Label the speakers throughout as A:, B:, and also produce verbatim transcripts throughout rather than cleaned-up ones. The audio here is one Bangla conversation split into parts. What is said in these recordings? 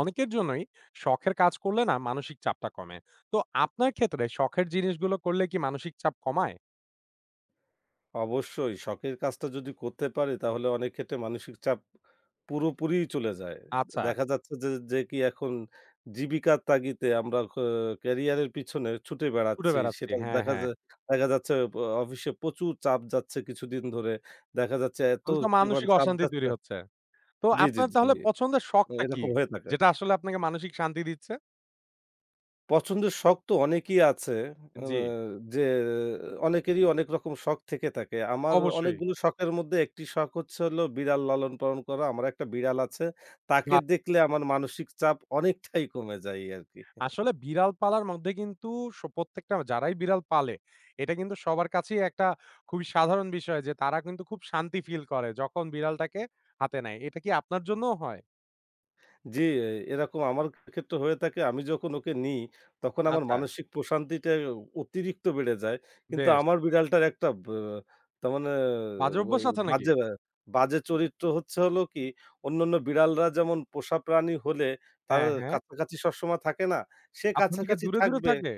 A: অনেকের জন্যই শখের কাজ করলে না মানসিক চাপটা কমে। তো আপনার ক্ষেত্রে শখের জিনিসগুলো করলে কি মানসিক চাপ কমায়?
B: অবশ্যই শখের কাজটা যদি করতে পারি তাহলে অনেক ক্ষেত্রে মানসিক চাপ পুরোপুরি চলে যায়।
A: আচ্ছা,
B: দেখা যাচ্ছে যে, যে কি এখন জীবিকার তাগিদে আমরা অ ক্যারিয়ারের পিছনে ছুটে
A: ঘুরে
B: বেড়াচ্ছি।
A: বেড়াচ্ছি।
B: সেটা
A: হ্যাঁ,
B: দেখা
A: হ্যাঁ।
B: যায়। দেখা যাচ্ছে ব অফিসে প্রচুর চাপ যাচ্ছে কিছুদিন ধরে। দেখা যাচ্ছে এত
A: তাহলে তো
B: পরিমাণ
A: মানসিক
B: চাপ
A: অশান্তি তৈরি
B: যাচ্ছে।
A: হচ্ছে। তো
B: জি, জি,
A: আপনার
B: জি।
A: তাহলে পছন্দের শখটা কি?
B: এরকম হয়ে থাকে।
A: যেটা আসলে আপনাকে মানসিক শান্তি দিচ্ছে?
B: পছন্দের শখ তো অনেকই আছে। আ
A: জি,
B: যে অনেকেরই অনেক রকম শখ থেকে থাকে। আমার
A: অবশ্যই।
B: অনেকগুলো শখের মধ্যে একটি শখ হচ্ছে হলো বিড়াল লালন-পালন করা। আমার একটা বিড়াল আছে। তাকে
A: বাহ!
B: দেখলে আমার মানসিক চাপ অনেকটাই কমে যায় আরকি।
A: আসলে বিড়াল পালার মধ্যে কিন্তু স প্রত্যেকটা যারাই বিড়াল পালে, এটা কিন্তু সবার কাছেই একটা খুবই সাধারণ বিষয় যে তারা কিন্তু খুব শান্তি ফিল করে যখন বিড়ালটাকে হাতে নেয়। এটা কি আপনার জন্যও হয়?
B: জি, এ এরকম আমার ক্ষেত্রে হয়ে থাকে। আমি যখন ওকে নিই, তখন আমার
A: আচ্ছা,
B: মানসিক প্রশান্তিটা অতিরিক্ত বেড়ে যায়। কিন্তু
A: বেশ।
B: আমার বিড়ালটার একটা ব তার মানে
A: বাজে অভ্যাস
B: ওই
A: আছে নাকি?
B: বাজে বাজে চরিত্র হচ্ছে হলো কি, অন্যান্য বিড়ালরা যেমন পোষা প্রাণী হলে তার
A: হ্যাঁ, হ্যাঁ।
B: কাছাকাছি সবসময় থাকে না? সে
A: আপনার থেকে
B: কাছাকাছি
A: দূরে, দূরে
B: থাকবে,
A: থাকে?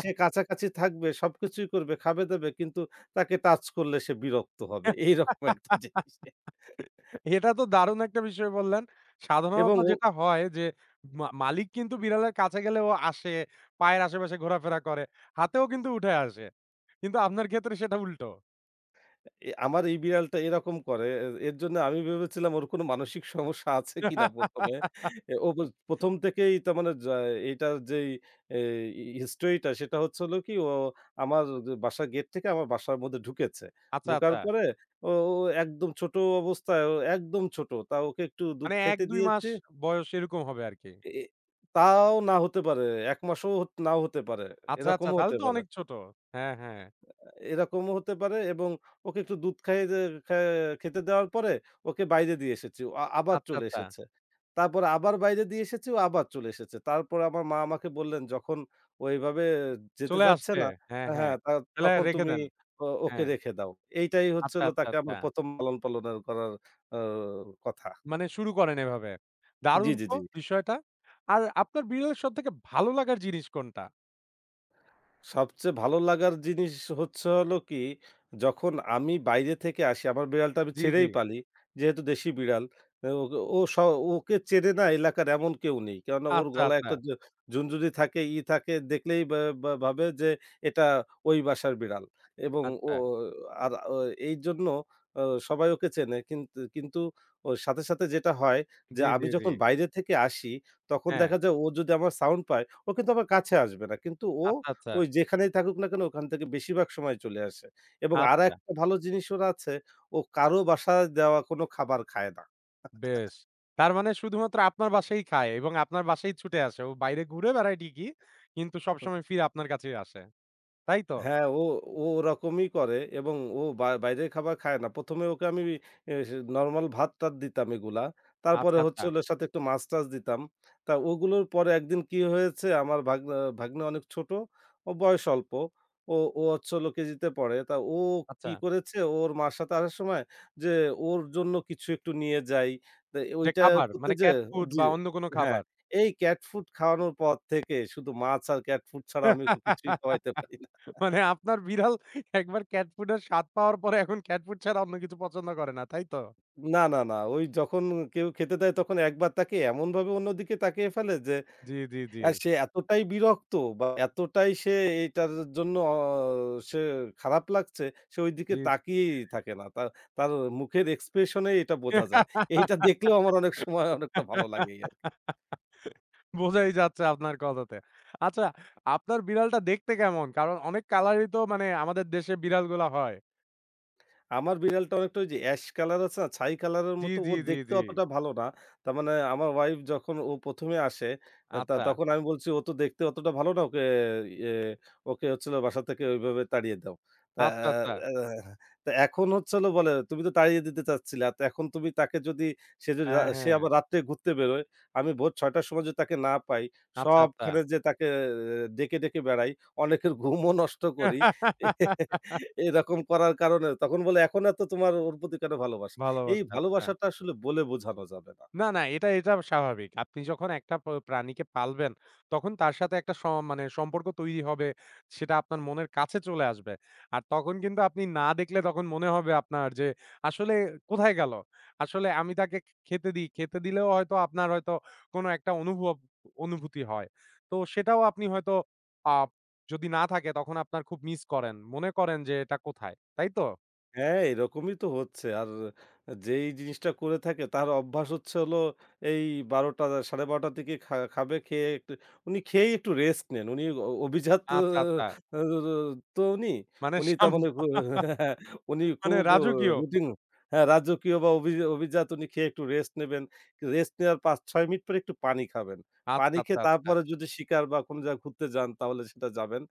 B: সে কাছাকাছি থাকবে, সবকিছুই করবে, খাবে-দাবে। কিন্তু তাকে টাচ করলে সে বিরক্ত হবে। এইরকম একটা জিনিস।
A: এটা তো দারুণ একটা বিষয় বললেন। সাধারণত
B: এবং ও
A: যেটা হয় যে মা মালিক কিন্তু বিড়ালের কাছে গেলে ও আসে, পায়ের আশেপাশে ঘোরাফেরা করে, হাতেও কিন্তু উঠে আসে। কিন্তু আপনার ক্ষেত্রে সেটা উল্টো।
B: এ আমার এই বিড়ালটা এরকম করে। এ এর জন্য আমি ভেবেছিলাম ওর কোনো মানসিক সমস্যা আছে কিনা ১ম এ। এ ও বো ১ম থেকেই তার মানে যা এইটার যেই এই হিস্টরিটা সেটা হচ্ছে হলো কি ও আমার যে বাসার গেট থেকে আমার বাসার মধ্যে ঢুকেছে।
A: আচ্ছা,
B: ঢোকার
A: আচ্ছা।
B: পরে ও ও একদম ছোট অবস্থায় ও একদম ছোট। তা ওকে একটু দুধ
A: মানে
B: খাইতে
A: এক দুই মাস
B: দিয়েছি।
A: বয়স এরকম হবে আরকি।
B: এ তাও না হতে পারে। এক মাসও হত- নাও হতে পারে।
A: আচ্ছা, আচ্ছা
B: এরকমও
A: তাহলে
B: হতে
A: তো
B: পারে।
A: অনেক ছোট। হ্যাঁ, হ্যাঁ।
B: এরকমও হতে পারে এবং ওকে একটু দুধ খাইয়ে যে খে খেতে দেওয়ার পরে ওকে বাইরে দিয়ে এসেছি। ও আ আবার
A: আচ্ছা,
B: চলে
A: আচ্ছা।
B: এসেছে। তারপরে আবার বাইরে দিয়ে এসেছি, ও আবার চলে এসেছে। তারপরে আমার মা আমাকে বললেন, "যখন ও এভাবে যেতে
A: চলে
B: চাচ্ছে
A: আসছে।
B: না
A: হ্যাঁ, হ্যাঁ।
B: হ্যাঁ, তা
A: তাহলে
B: তখন
A: রেখে
B: তুমি
A: দেন।
B: ও ওকে
A: হ্যাঁ।
B: রেখে দাও।" এইটাই হচ্ছে
A: আচ্ছা,
B: হলো
A: আচ্ছা,
B: তাকে
A: আচ্ছা।
B: আমার ১ম লালন-পালনের করার আ কথা।
A: মানে শুরু করেন এভাবে।
B: জি,
A: দারুণ
B: জি,
A: তো
B: জি।
A: বিষয়টা। আর আপনার বিড়ালের সবথেকে ভালো লাগার জিনিস কোনটা?
B: সবচেয়ে ভালো লাগার জিনিস হচ্ছে হলো কি, যখন আমি বাইরে থেকে আসি, আমার বিড়ালটা আমি
A: জি, জি।
B: ছেড়েই পালি। যেহেতু দেশি বিড়াল, এ ওকে ও স ওকে চেনে না এলাকার এমন কেউ নেই। কেননা ওর
A: আচ্ছা,
B: গলায়
A: আচ্ছা,
B: একটা জ ঝুনঝুনি থাকে, ই থাকে দেখলেই বা বা ভাবে যে এটা ওই বাসার বিড়াল এবং ও
A: আচ্ছা।
B: আর ও এইজন্য ও সবাই ওকে চেনে। কিন্তু কিন্তু ওর সাথে, সাথে যেটা হয় যে
A: জি, জি,
B: আমি
A: জি।
B: যখন বাইরে থেকে আসি, তখন
A: হ্যাঁ।
B: দেখা যায় ও যদি আমার সাউন্ড পায়, ও কিন্তু আমার কাছে আসবে না। কিন্তু ও
A: আচ্ছা, আচ্ছা,
B: ওই যেখানেই থাকুক না কেন ওখান থেকে বেশিরভাগ সময় চলে আসে এবং
A: আচ্ছা।
B: আরেকটা ভালো জিনিস ওর আছে, ও কারো বাসায় দেওয়া কোনো খাবার খায় না।
A: বেশ। তার মানে শুধুমাত্র আপনার বাসায় খায় এবং আপনার বাসায় ছুটে আসে। ও বাইরে ঘুরে বেড়ায় ঠিকই, কিন্তু সবসময় ফিরে আপনার কাছেই আসে। তাই তো?
B: হ্যাঁ, ও ও ওরকমই করে এবং ও বা বাইরের খাবার খায় না। ১ম এ ওকে আমি এ সে নরমাল ভাত-টাত দিতাম এগুলা।
A: আচ্ছা,
B: তারপরে
A: আচ্ছা,
B: হচ্ছে হলো সাথে একটু মাছ-টাছ দিতাম। তা ওগুলোর পরে একদিন কি হয়েছে আমার ভাগনা ভাগ্নে অনেক ছোট, ও বয়স অল্প। ও ও হচ্ছে হলো কেজিতে পড়ে। তা ও
A: আচ্ছা।
B: কি করেছে ওর মার সাথে আসার সময় যে ওর জন্য কিছু একটু নিয়ে যাই। তা
A: যে
B: ওইটা
A: খাবার
B: করতে
A: মানে ক্যাট
B: যেয়ে
A: ফুড
B: জি,
A: বা অন্য কোনো
B: হ্যাঁ।
A: খাবার।
B: এই ক্যাট ফুড খাওয়ানোর পর থেকে শুধু মাছ আর ক্যাট ফুড ছাড়া আমি ওকে কিছুই খাওয়াইতে পারি না।
A: মানে আপনার বিড়াল একবার ক্যাট ফুড এর স্বাদ পাওয়ার পরে এখন ক্যাট ফুড ছাড়া অন্য কিছু পছন্দ করে না, তাই তো?
B: না, না, না। ওই যখন কেউ খেতে দেয় তখন একবার তাকিয়ে এমনভাবে অন্যদিকে তাকিয়ে ফেলে যে
A: জি, জি, জি,
B: অ্যা সে এতটাই বিরক্ত বা এতটাই সে এটার জন্য অ সে খারাপ লাগছে সে ওইদিকে
A: জি।
B: তাকিয়েই থাকে না। তার তার মুখের এক্সপ্রেশনেই এটা বোঝা যায়। এইটা দেখলেও আমার অনেক সময় অনেকটা ভালো লাগেই আরকি।
A: বোঝাই যাচ্ছে আপনার কথাতে। আচ্ছা, আপনার বিড়ালটা দেখতে কেমন? কারণ অনেক কালারই তো মানে আমাদের দেশে বিড়ালগুলা হয়।
B: আমার বিড়ালটা অনেকটা ওই যে অ্যাশ কালার আছে না? ছাই কালারের
A: জি,
B: মতো। ও
A: জি, জি,
B: দেখতে
A: জি।
B: অতটা ভালো না। তার মানে আমার ওয়াইফ যখন ও ১ম এ আসে, আ তা
A: আচ্ছা,
B: তখন আমি বলছি, "ও তো দেখতে অতটা ভালো না। ওকে ইয়ে ওকে হচ্ছে হলো বাসা থেকে ওইভাবে তাড়িয়ে দাও।" তা
A: আচ্ছা, আচ্ছা।
B: আ তা এখন হচ্ছে হলো বলে, "তুমি তো তাড়িয়ে দিতে চাচ্ছিলা। তো এখন তুমি তাকে যদি সে যদি রা
A: হ্যাঁ,
B: সে
A: হ্যাঁ।
B: আবার রাত্রে ঘুরতে বেরোয়, আমি ভোর ছয়টা র সময় যদি তাকে না পাই,
A: আচ্ছা, আচ্ছা।
B: সবখানে যেয়ে তাকে আহ, ডেকে, ডেকে বেড়াই, অনেকের ঘুমও নষ্ট করি। এরকম করার কারণে তখন বলে, 'এখন এত তোমার ওর প্রতি কেন ভালোবাসা?'" এই
A: ভালোবাসা, আচ্ছা।
B: ভালোবাসাটা আসলে বলে বোঝানো যাবে না।
A: না, না, এটা এটা স্বাভাবিক। আপনি যখন একটা প প্রাণীকে পালবেন, তখন তার সাথে একটা স মানে সম্পর্ক তৈরি হবে। সেটা আপনার মনের কাছে চলে আসবে। আর তখন কিন্তু আপনি না দেখলে তখন মনে হবে আপনার যে, আসলে কোথায় গেল? আসলে আমি তাকে খেতে দিই। খেতে দিলেও হয়তো আপনার হয়তো কোনো একটা অনুভব অনুভূতি হয়। তো সেটাও আপনি হয়তো আ যদি না থাকে তখন আপনার খুব মিস করেন। মনে করেন যে, এটা কোথায়? তাই তো?
B: হ্যাঁ, এরকমই তো হচ্ছে। আর যেই জিনিসটা করে থাকে তার অভ্যাস হচ্ছে হলো এই বারোটা সাড়ে বারোটা র দিকে খা খাবে। খেয়ে একটু উনি খেয়েই একটু রেস্ট নেন। উনি অ অভিজাত
A: আচ্ছা, আচ্ছা।
B: আ তো উনি।
A: মানে
B: উনি
A: সাম
B: তার মানে খু হ্যাঁ, উনি
A: মানে
B: খুব
A: রাজকীয়।
B: রুটিন হ্যাঁ, রাজকীয় বা অভি অভিজাত উনি খেয়ে একটু রেস্ট নেবেন। রেস্ট নেওয়ার পাঁচ ছয় মিনিট পরে একটু পানি খাবেন। পানি
A: আচ্ছা, আচ্ছা,
B: খেয়ে
A: আচ্ছা।
B: তারপরে যদি শিকার বা কোনো জায়গায় ঘুরতে যান তাহলে সেটা যাবেন।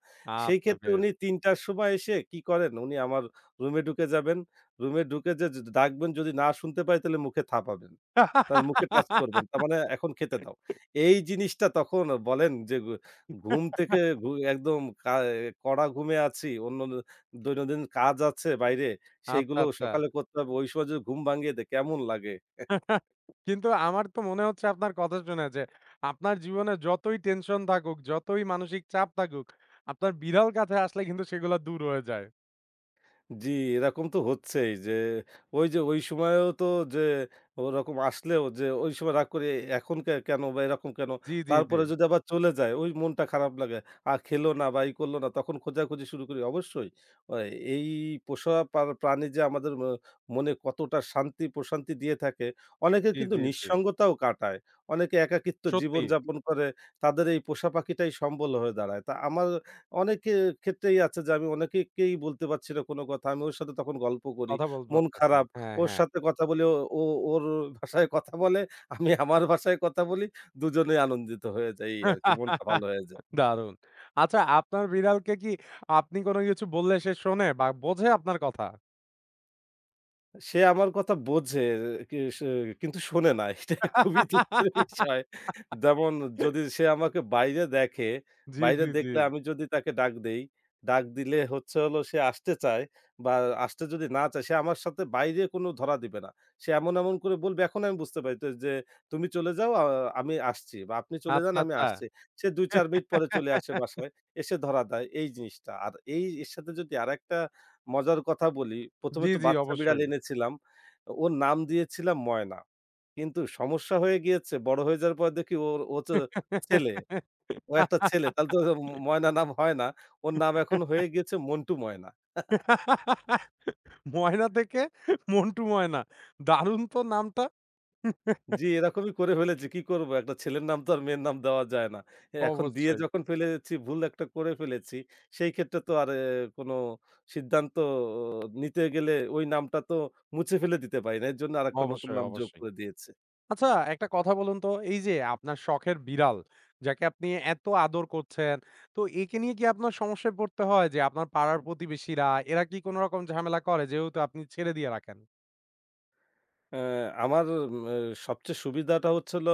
B: সেই
A: আচ্ছা
B: ক্ষেত্রে
A: বেশ।
B: উনি তিনটা র সময় এসে কি করেন উনি আমার রুমে ঢুকে যাবেন। রুমে ঢুকে যে যে ডাকবেন যদি না শুনতে পায় তাহলে মুখে থাপাবেন। তার মুখে টাচ করবেন। তার মানে এখন খেতে দাও। এই জিনিসটা তখন বলেন যে ঘু ঘুম থেকে ঘু একদম কা কড়া ঘুমে আছি। অন্য দৈনন্দিন কাজ আছে বাইরে,
A: আচ্ছা,
B: সেইগুলো
A: আচ্ছা।
B: সকালে করতে হবে। ওই সময় যদি ঘুম ভাঙিয়ে দেয় কেমন লাগে?
A: কিন্তু আমার তো মনে হচ্ছে আপনার কথা শুনে যে আপনার জীবনে যতই টেনশন থাকুক, যতই মানসিক চাপ থাকুক, আপনার বিড়াল কাছে আসলে কিন্তু সেগুলা দূর হয়ে যায়।
B: জি, এরকম তো হচ্ছেই যে ওই যে ওই সময়েও তো যে ওরকম আসলেও যে ওই সময় রাগ করে এখন কে কেন বা এরকম কেন?
A: জি, জি, জি।
B: তারপরে যদি আবার চলে যায় ওই মনটা খারাপ লাগে। আর খেলো না বা এই করল না তখন খোঁজাখুঁজি শুরু করি। অবশ্যই আ এই পোষা পা প্রাণী যে আমাদের ম মনে কতটা শান্তি প্রশান্তি দিয়ে থাকে অনেকের
A: জি,
B: কিন্তু
A: জি, জি।
B: নিঃসঙ্গতাও কাটায়। অনেকে একাকিত্ব
A: সত্যি
B: জীবনযাপন করে তাদের এই পোষা পাখিটাই সম্বল হয়ে দাঁড়ায়। তা আমার অনেক এ ক্ষেত্রেই আছে যে আমি অনেকেকেই বলতে পারছি না কোনো কথা। আমি ওর সাথে তখন গল্প করি।
A: কথা বলতে
B: মন
A: পারতেছেন।
B: খারাপ।
A: হ্যাঁ,
B: ওর
A: হ্যাঁ।
B: সাথে কথা বলি, ও ও ওর ভাষায় কথা বলে, আমি আমার ভাষায় কথা বলি। দুজনেই আনন্দিত হয়ে যাই এই আরকি। মনটা ভালো হয়ে যায়।
A: দারুণ। আচ্ছা আপনার বিড়ালকে কি আপনি কোন কিছু বললে সে শোনে বা বোঝে আপনার কথা?
B: সে আমার কথা বোঝে কি সে কিন্তু শোনে না। এটা খুবই দুঃখের বিষয়। যেমন যদি সে আমাকে বাইরে দেখে,
A: জি,
B: বাইরে
A: জি, জি।
B: দেখলে আমি যদি তাকে ডাক দেই, ডাক দিলে হচ্ছে হলো সে আসতে চায় বা আসতে যদি না চায় সে আমার সাথে বাইরে কোনো ধরা দিবে না। সে এমন, এমন করে বলবে এখন আমি বুঝতে পারি তো যে তুমি চলে যাও আ আমি আসছি বা আপনি চলে যান
A: আচ্ছা,
B: আমি
A: আচ্ছা।
B: আসছি। সে দুই চার মিনিট পরে চলে আসে বাসায়, এসে ধরা দেয় এই জিনিসটা। আর এই এর সাথে যদি আরেকটা মজার কথা বলি, ১ম
A: জি,
B: এ তো
A: জি
B: বাচ্চা বিড়াল
A: অবশ্যই।
B: এনেছিলাম। ওর নাম দিয়েছিলাম ময়না। কিন্তু সমস্যা হয়ে গিয়েছে বড় হয়ে যাওয়ার পর দেখি ওর ও হচ্ছে ছেলে। ও একটা ছেলে। তাহলে তো ম ময়না নাম হয় না। ওর নাম এখন হয়ে গিয়েছে মন্টু ময়না।
A: ময়না থেকে মন্টু ময়না। দারুণ তো নামটা।
B: জি, এরকমই করে ফেলেছি। কি করব? একটা ছেলের নাম তো আর মেয়ের নাম দেওয়া যায় না। এখন দিয়ে
A: অবশ্যই,
B: যখন ফেলেছি ভুল একটা করে ফেলেছি, সেই ক্ষেত্রে তো আর এ কোনো সিদ্ধান্ত আহ, নিতে গেলে ওই নামটা তো মুছে ফেলে দিতে পারি না। এর জন্য আরেকটা নতুন
A: অবশ্যই,
B: নাম যোগ
A: অবশ্যই।
B: করে দিয়েছি।
A: আচ্ছা একটা কথা বলুন তো এই যে আপনার শখের বিড়াল, যাকে আপনি এত আদর করছেন, তো একে নিয়ে কি আপনার সমস্যায় পড়তে হয় যে আপনার পাড়ার প্রতিবেশীরা এরা কি কোন রকম ঝামেলা করে যেহেতু আপনি ছেড়ে দিয়ে রাখেন?
B: অ্যা আমার উম অ্যা সবচেয়ে সুবিধাটা হচ্ছে হলো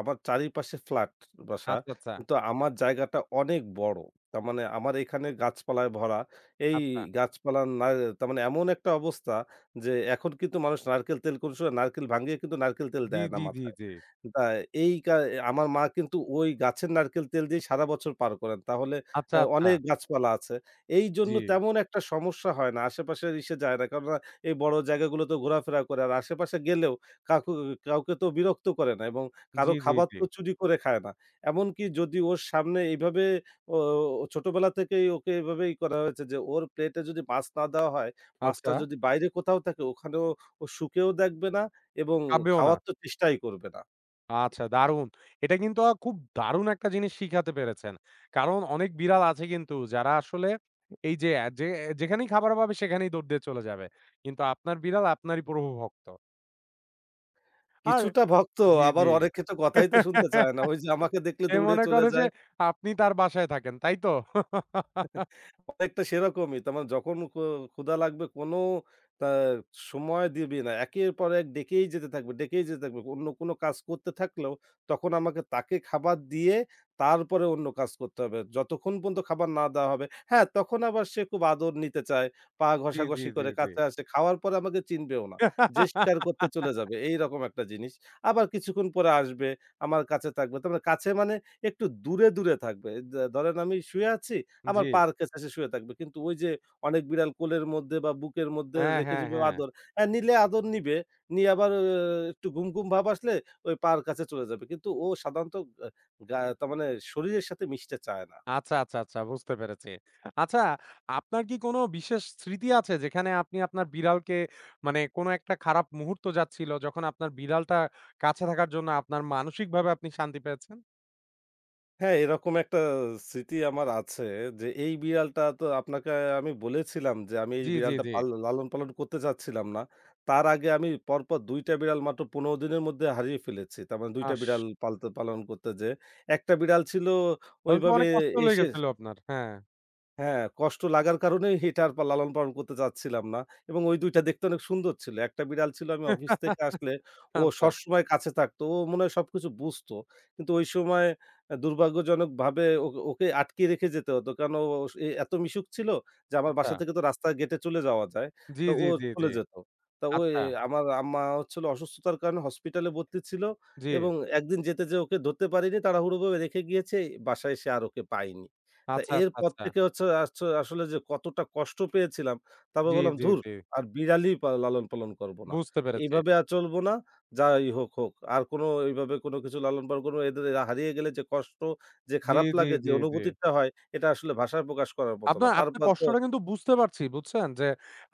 B: আমার চারিপাশে ফ্ল্যাট বাসা।
A: আচ্ছা, আচ্ছা,
B: কিন্তু আমার জায়গাটা অনেক বড়। তার মানে আমার এখানে গাছপালায় ভরা। এই
A: আচ্ছা।
B: গাছপালা না তার মানে এমন একটা অবস্থা যে এখন কিন্তু মানুষ নারকেল তেল কোনো সময় নারকেল ভাঙিয়ে কিন্তু নারকেল তেল
A: জি,
B: দেয় না
A: জি, জি,
B: মাথায়।
A: জি।
B: তা এই কা আমার মা কিন্তু ওই গাছের নারকেল তেল দিয়ে সারা বছর পার করেন। তাহলে
A: আচ্ছা,
B: অ্যা
A: আচ্ছা।
B: অনেক গাছপালা আছে। এইজন্য
A: জি।
B: তেমন একটা সমস্যা হয় না। আশেপাশের ইসে যায় না। কারণ এই বড় জায়গাগুলোতে ঘোরাফেরা করে। আর আশেপাশে গেলেও কাকু কাউকে তো বিরক্ত করে না এবং
A: জি,
B: কারো
A: জি,
B: খাবার
A: জি।
B: তো চুরি করে খায় না। এমনকি যদি ওর সামনে এইভাবে ও ও ছোটবেলা থেকেই ওকে এভাবেই করা হয়েছে যে ওর প্লেটে যদি মাছ না দেওয়া হয়, মাছটা
A: আচ্ছা,
B: যদি বাইরে কোথাও থাকে ওখানেও ও শুঁকেও দেখবে না এবং
A: কাঁদবেও না।
B: খাওয়ার তো চেষ্টাই করবে না।
A: আচ্ছা দারুণ। এটা কিন্তু আ খুব দারুণ একটা জিনিস শিখাতে পেরেছেন। কারণ অনেক বিড়াল আছে কিন্তু যারা আসলে এই যে, যে যেখানেই খাবার পাবে সেখানেই দৌড় দিয়ে চলে যাবে। কিন্তু আপনার বিড়াল আপনারই প্রভু ভক্ত। আর
B: কিছুটা ভক্ত
A: জি,
B: আবার
A: জি।
B: অনেক ক্ষেত্রে কথাই তো শুনতে চায় না। ওই যে আমাকে দেখলে
A: সে
B: দৌড়ে
A: মনে
B: চলে
A: করে যে
B: যায়।
A: আপনি তার বাসায় থাকেন, তাই তো?
B: অনেকটা সেরকমই। তার মানে যখন ক ক্ষুধা লাগবে কোনো তা সময় দিবে না। একের পর এক ডেকেই যেতে থাকবে, ডেকেই যেতে থাকবে। অন্য কোনো কাজ করতে থাকলেও তখন আমাকে তাকে খাবার দিয়ে তারপরে অন্য কাজ করতে হবে। যতক্ষণ পর্যন্ত খাবার না দেওয়া হবে হ্যাঁ, তখন আবার সে খুব আদর নিতে চায়। পা
A: জি, জি,
B: ঘষাঘষি
A: জি,
B: করে
A: জি।
B: কাছে আসে। খাওয়ার পরে আমাকে চিনবেও না। যে শিকার করতে চলে যাবে এইরকম একটা জিনিস। আবার কিছুক্ষণ পরে আসবে, আমার কাছে থাকবে। তার মানে কাছে মানে একটু দূরে, দূরে থাকবে। দ ধরেন আমি শুয়ে আছি আমার
A: জি।
B: পায়ের কাছে শুয়ে থাকবে। কিন্তু ওই যে অনেক বিড়াল কোলের মধ্যে বা বুকের মধ্যে
A: হ্যাঁ,
B: রেখে
A: হ্যাঁ,
B: যাবে
A: হ্যাঁ।
B: আদর। হ্যাঁ, নিলে আদর নিবে, নিয়ে আবার অ একটু ঘুম, ঘুম ভাব আসলে ওই পায়ের কাছে চলে যাবে। কিন্তু ও সাধারণত গা গা তার মানে শরীরের সাথে মিশতে চায় না।
A: আচ্ছা, আচ্ছা, আচ্ছা বুঝতে পেরেছি। আচ্ছা, আপনার কি কোনো বিশেষ স্মৃতি আছে যেখানে আপনি আপনার বিড়ালকে মানে কোনো একটা খারাপ মুহূর্ত যাচ্ছিল যখন আপনার বিড়ালটা কাছে থাকার জন্য আপনার মানসিকভাবে আপনি শান্তি পেয়েছেন?
B: হ্যাঁ, এরকম একটা স্মৃতি আমার আছে যে, এই বিড়ালটা তো আপনাকে আমি বলেছিলাম যে, আমি এই
A: জি, জি,
B: বিড়ালটা
A: জি।
B: পাল লালন-পালন করতে চাচ্ছিলাম না। তার আগে আমি পরপর দুই টা বিড়াল মাত্র পনেরো দিনের মধ্যে হারিয়ে ফেলেছি। তার মানে দুই টা
A: আস
B: বিড়াল পালতে পালন করতে যেয়ে। একটা বিড়াল ছিল
A: তাহলে তো
B: ওইভাবে
A: অনেক কষ্ট
B: এসে
A: লেগেছিল আপনার। হ্যাঁ।
B: হ্যাঁ, কষ্ট লাগার কারণেই এটা আর পা লালন-পালন করতে চাচ্ছিলাম না এবং ওই দুই টা দেখতে অনেক সুন্দর ছিল। একটা বিড়াল ছিল আমি অফিস থেকে আসলে ও
A: আচ্ছা,
B: সবসময় কাছে থাকতো। ও মনে হয় সবকিছু বুঝতো। কিন্তু ওই সময় অ্যা দুর্ভাগ্যজনকভাবে ও ওকে আটকিয়ে রেখে যেতে হতো। কারণ ও স এ এত মিশুক ছিল যে আমার
A: আচ্ছা।
B: বাসা থেকে তো রাস্তার গেটে চলে যাওয়া যায়।
A: জি,
B: তো
A: জি,
B: ও
A: জি, জি।
B: চলে যেত। তা ওই
A: আচ্ছা।
B: আমার আম্মা হচ্ছিল অসুস্থতার কারণে হসপিটালে ভর্তি ছিল
A: জি।
B: এবং একদিন যেতে যেয়ে ওকে ধরতে পারিনি। তাড়াহুড়ো করে রেখে গিয়েছে। বাসায় এসে আর ওকে পাইনি। তা
A: আচ্ছা, আচ্ছা,
B: এরপর
A: আচ্ছা।
B: থেকে হচ্ছে আছ আসলে যে কতটা কষ্ট পেয়েছিলাম, তারপর
A: জি,
B: বললাম,
A: জি,
B: "ধুর!
A: জি।
B: আর বিড়ালই পা লালন-পালন করব না।
A: বুঝতে পেরেছি।
B: এইভাবে আর চলব না। যাই হোক, হোক। আর কোনো এইভাবে কোনো কিছু লালন-পালন করব না। এদের এরা হারিয়ে গেলে যে কষ্ট, যে
A: জি,
B: খারাপ
A: জি,
B: লাগে, যে
A: জি, জি।
B: অনুভূতিটা হয়, এটা আসলে ভাষায় প্রকাশ করার মতো না।"
A: আপনার আপনার
B: তারপর তো
A: কষ্টটা কিন্তু বুঝতে পারছি, বুঝছেন? যে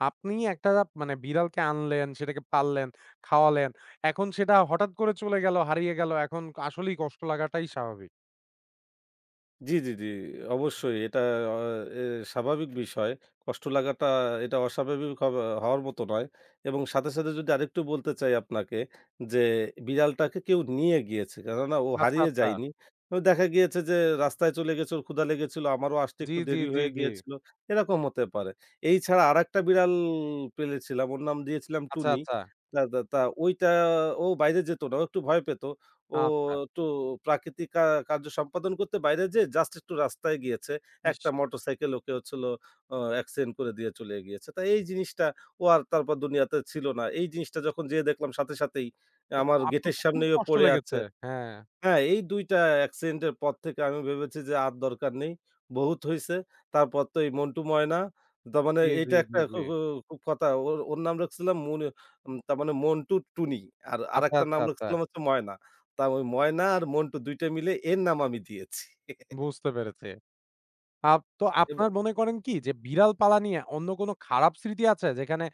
A: আপনি একটা মানে বিড়ালকে আনলেন, সেটাকে পাললেন, খাওয়ালেন। এখন সেটা হঠাৎ করে চলে গেল, হারিয়ে গেল। এখন আসলেই কষ্ট লাগাটাই স্বাভাবিক।
B: জি, জি, জি। অবশ্যই এটা অ এ স্বাভাবিক বিষয়। কষ্ট লাগাটা এটা অস্বাভাবিক হব হওয়ার মতো নয়। এবং সাথে, সাথে যদি আরেকটু বলতে চাই আপনাকে যে বিড়ালটাকে কেউ নিয়ে গিয়েছে। কেননা ও
A: আচ্ছা,
B: হারিয়ে
A: আচ্ছা।
B: যায়নি। ও দেখা গিয়েছে যে রাস্তায় চলে গেছে, ওর ক্ষুধা লেগেছিল, আমারও আসতে
A: জি,
B: একটু
A: জি,
B: দেরি
A: জি,
B: হয়ে
A: জি।
B: গিয়েছিল। এরকম হতে পারে। এই ছাড়া আরেকটা বিড়াল পেলেছিলাম। ওর নাম দিয়েছিলাম
A: আচ্ছা,
B: টুনি।
A: আচ্ছা।
B: তা তা তা ওইটা ও বাইরে যেত না। ও একটু ভয় পেত। ও
A: আচ্ছা।
B: একটু প্রাকৃতিক কা কার্য সম্পাদন করতে বাইরে যেয়ে জাস্ট একটু রাস্তায় গিয়েছে।
A: ইস!
B: একটা মোটরসাইকেল ওকে হচ্ছে হলো অ অ্যাক্সিডেন্ট করে দিয়ে চলে গিয়েছে। তা এই জিনিসটা ও আর তারপর দুনিয়াতে ছিল না। এই জিনিসটা যখন যেয়ে দেখলাম সাথে সাথেই
A: তো
B: আমার
A: আপনার
B: গেটের
A: তো খুব
B: সামনেই ও
A: কষ্ট
B: পড়ে
A: লেগেছে।
B: আছে।
A: হ্যাঁ।
B: হ্যাঁ, এই দুই টা অ্যাকসিডেন্ট এর পর থেকে আমি ভেবেছি যে আর দরকার নেই। বহুত হইছে। তারপর তো এই মন্টু ময়না। তার মানে
A: জি, জি,
B: এটা
A: জি,
B: একটা খু
A: জি।
B: খু খুব কথা। ওর, ওর নাম রাখছিলাম মুন উম তার মানে মন্টু টুনি। আর
A: আচ্ছা,
B: আরেকটার
A: আচ্ছা,
B: নাম
A: আচ্ছা।
B: রাখছিলাম হচ্ছে ময়না। তা ওই ময়না আর মন্টু দুই টা মিলে এর নাম আমি দিয়েছি।
A: বুঝতে পেরেছি। আপ তো
B: এব
A: আপনার মনে করেন কি যে বিড়াল পালা নিয়ে অন্য কোনো খারাপ স্মৃতি আছে? যেখানে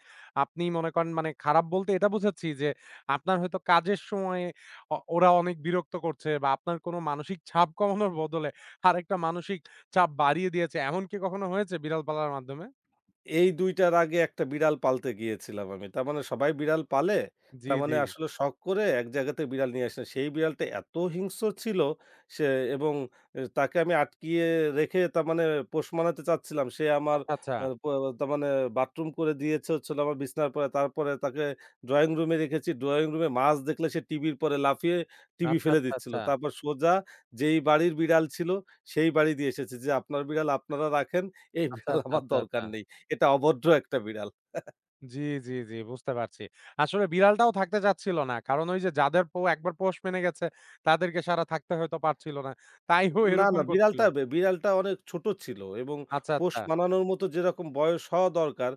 A: আপনি মনে করেন মানে খারাপ বলতে এটা বোঝাচ্ছি যে আপনার হয়তো কাজের সময়ে অ ওরা অনেক বিরক্ত করছে বা আপনার কোনো মানসিক চাপ কমানোর বদলে আরেকটা মানসিক চাপ বাড়িয়ে দিয়েছে। এমন কি কখনো হয়েছে বিড়াল পালার মাধ্যমে?
B: এই দুই টার আগে একটা বিড়াল পালতে গিয়েছিলাম আমি। তার মানে সবাই বিড়াল পালে।
A: জি,
B: তার
A: জি।
B: মানে আসলে শখ করে এক জায়গাতে বিড়াল নিয়ে আসলাম। সেই বিড়ালটা এত হিংস্র ছিল সে এবং এ তাকে আমি আটকিয়ে রেখে তার মানে পোষ মানাতে চাচ্ছিলাম। সে আমার
A: আচ্ছা, আচ্ছা।
B: আ প তার মানে বাথরুম করে দিয়েছে হচ্ছে হলো আমার বিছানার পরে। তারপরে তাকে ড্রয়িং রুমে রেখেছি। ড্রয়িং রুমে মাছ দেখলে সে টিভির পরে লাফিয়ে টিভি
A: আচ্ছা,
B: ফেলে
A: আচ্ছা,
B: দিচ্ছিল।
A: আচ্ছা।
B: তারপর সোজা যেই বাড়ির বিড়াল ছিল সেই বাড়ি দিয়ে এসেছি যে, "আপনার বিড়াল আপনারা রাখেন। এই
A: আচ্ছা,
B: বিড়াল
A: আচ্ছা,
B: আমার
A: আচ্ছা, আচ্ছা।
B: দরকার নেই।" এটা অভদ্র একটা বিড়াল।
A: জি, জি, জি বুঝতে পারছি। আসলে বিড়ালটাও থাকতে চাচ্ছিল না। কারণ ওই যে যাদের পো একবার পোষ মেনে গেছে তাদেরকে সারা থাকতে হয়তো পারছিল না। তাই ও
B: না,
A: এরকম
B: না
A: করছিল।
B: বিড়ালটা বে বিড়ালটা অনেক ছোট ছিল এবং
A: আচ্ছা,
B: পোষ
A: আচ্ছা।
B: মানানোর মতো যেরকম বয়স হওয়া দরকার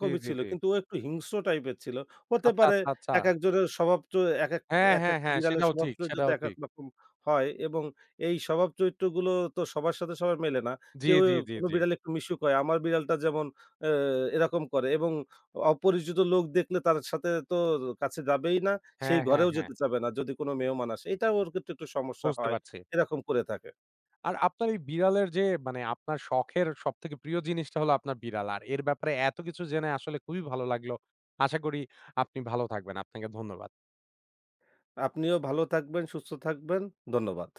A: জি, জি,
B: ছিল।
A: জি।
B: কিন্তু ও একটু হিংস্র টাইপের ছিল। হতে
A: আচ্ছা,
B: পারে
A: আচ্ছা, আচ্ছা।
B: একেকজনের স্বভাব চ একেক
A: হ্যাঁ, হ্যাঁ,
B: একেকটা
A: হ্যাঁ
B: বিড়ালের
A: সেটাও
B: স্বভাব
A: ঠিক,
B: চরিত্র
A: সেটাও
B: একেক
A: ঠিক।
B: রকম হয় এবং এই স্বভাব চরিত্রগুলো তো সবার সাথে সবার মেলে না।
A: জি,
B: কেউ
A: জি, জি,
B: কোনো
A: জি।
B: বিড়াল একটু মিশুক হয়। আমার বিড়ালটা যেমন অ্যা এরকম করে এবং অপরিচিত লোক দেখলে তার সাথে তো কাছে যাবেই না।
A: হ্যাঁ,
B: সেই
A: হ্যাঁ,
B: ঘরেও
A: হ্যাঁ
B: যেতে চাবে না যদি কোনো মেহমান আসে। এটা ওর ক্ষেত্রে একটু সমস্যা
A: বুঝতে
B: হয়।
A: পারছি।
B: এরকম করে থাকে।
A: আর আপনার এই বিড়ালের যে মানে আপনার শখের সবথেকে প্রিয় জিনিসটা হলো আপনার বিড়াল। আর এর ব্যাপারে এত কিছু জেনে আসলে খুবই ভালো লাগলো। আশা করি আপনি ভালো থাকবেন। আপনাকে ধন্যবাদ।
B: আপনিও ভালো থাকবেন, সুস্থ থাকবেন। ধন্যবাদ।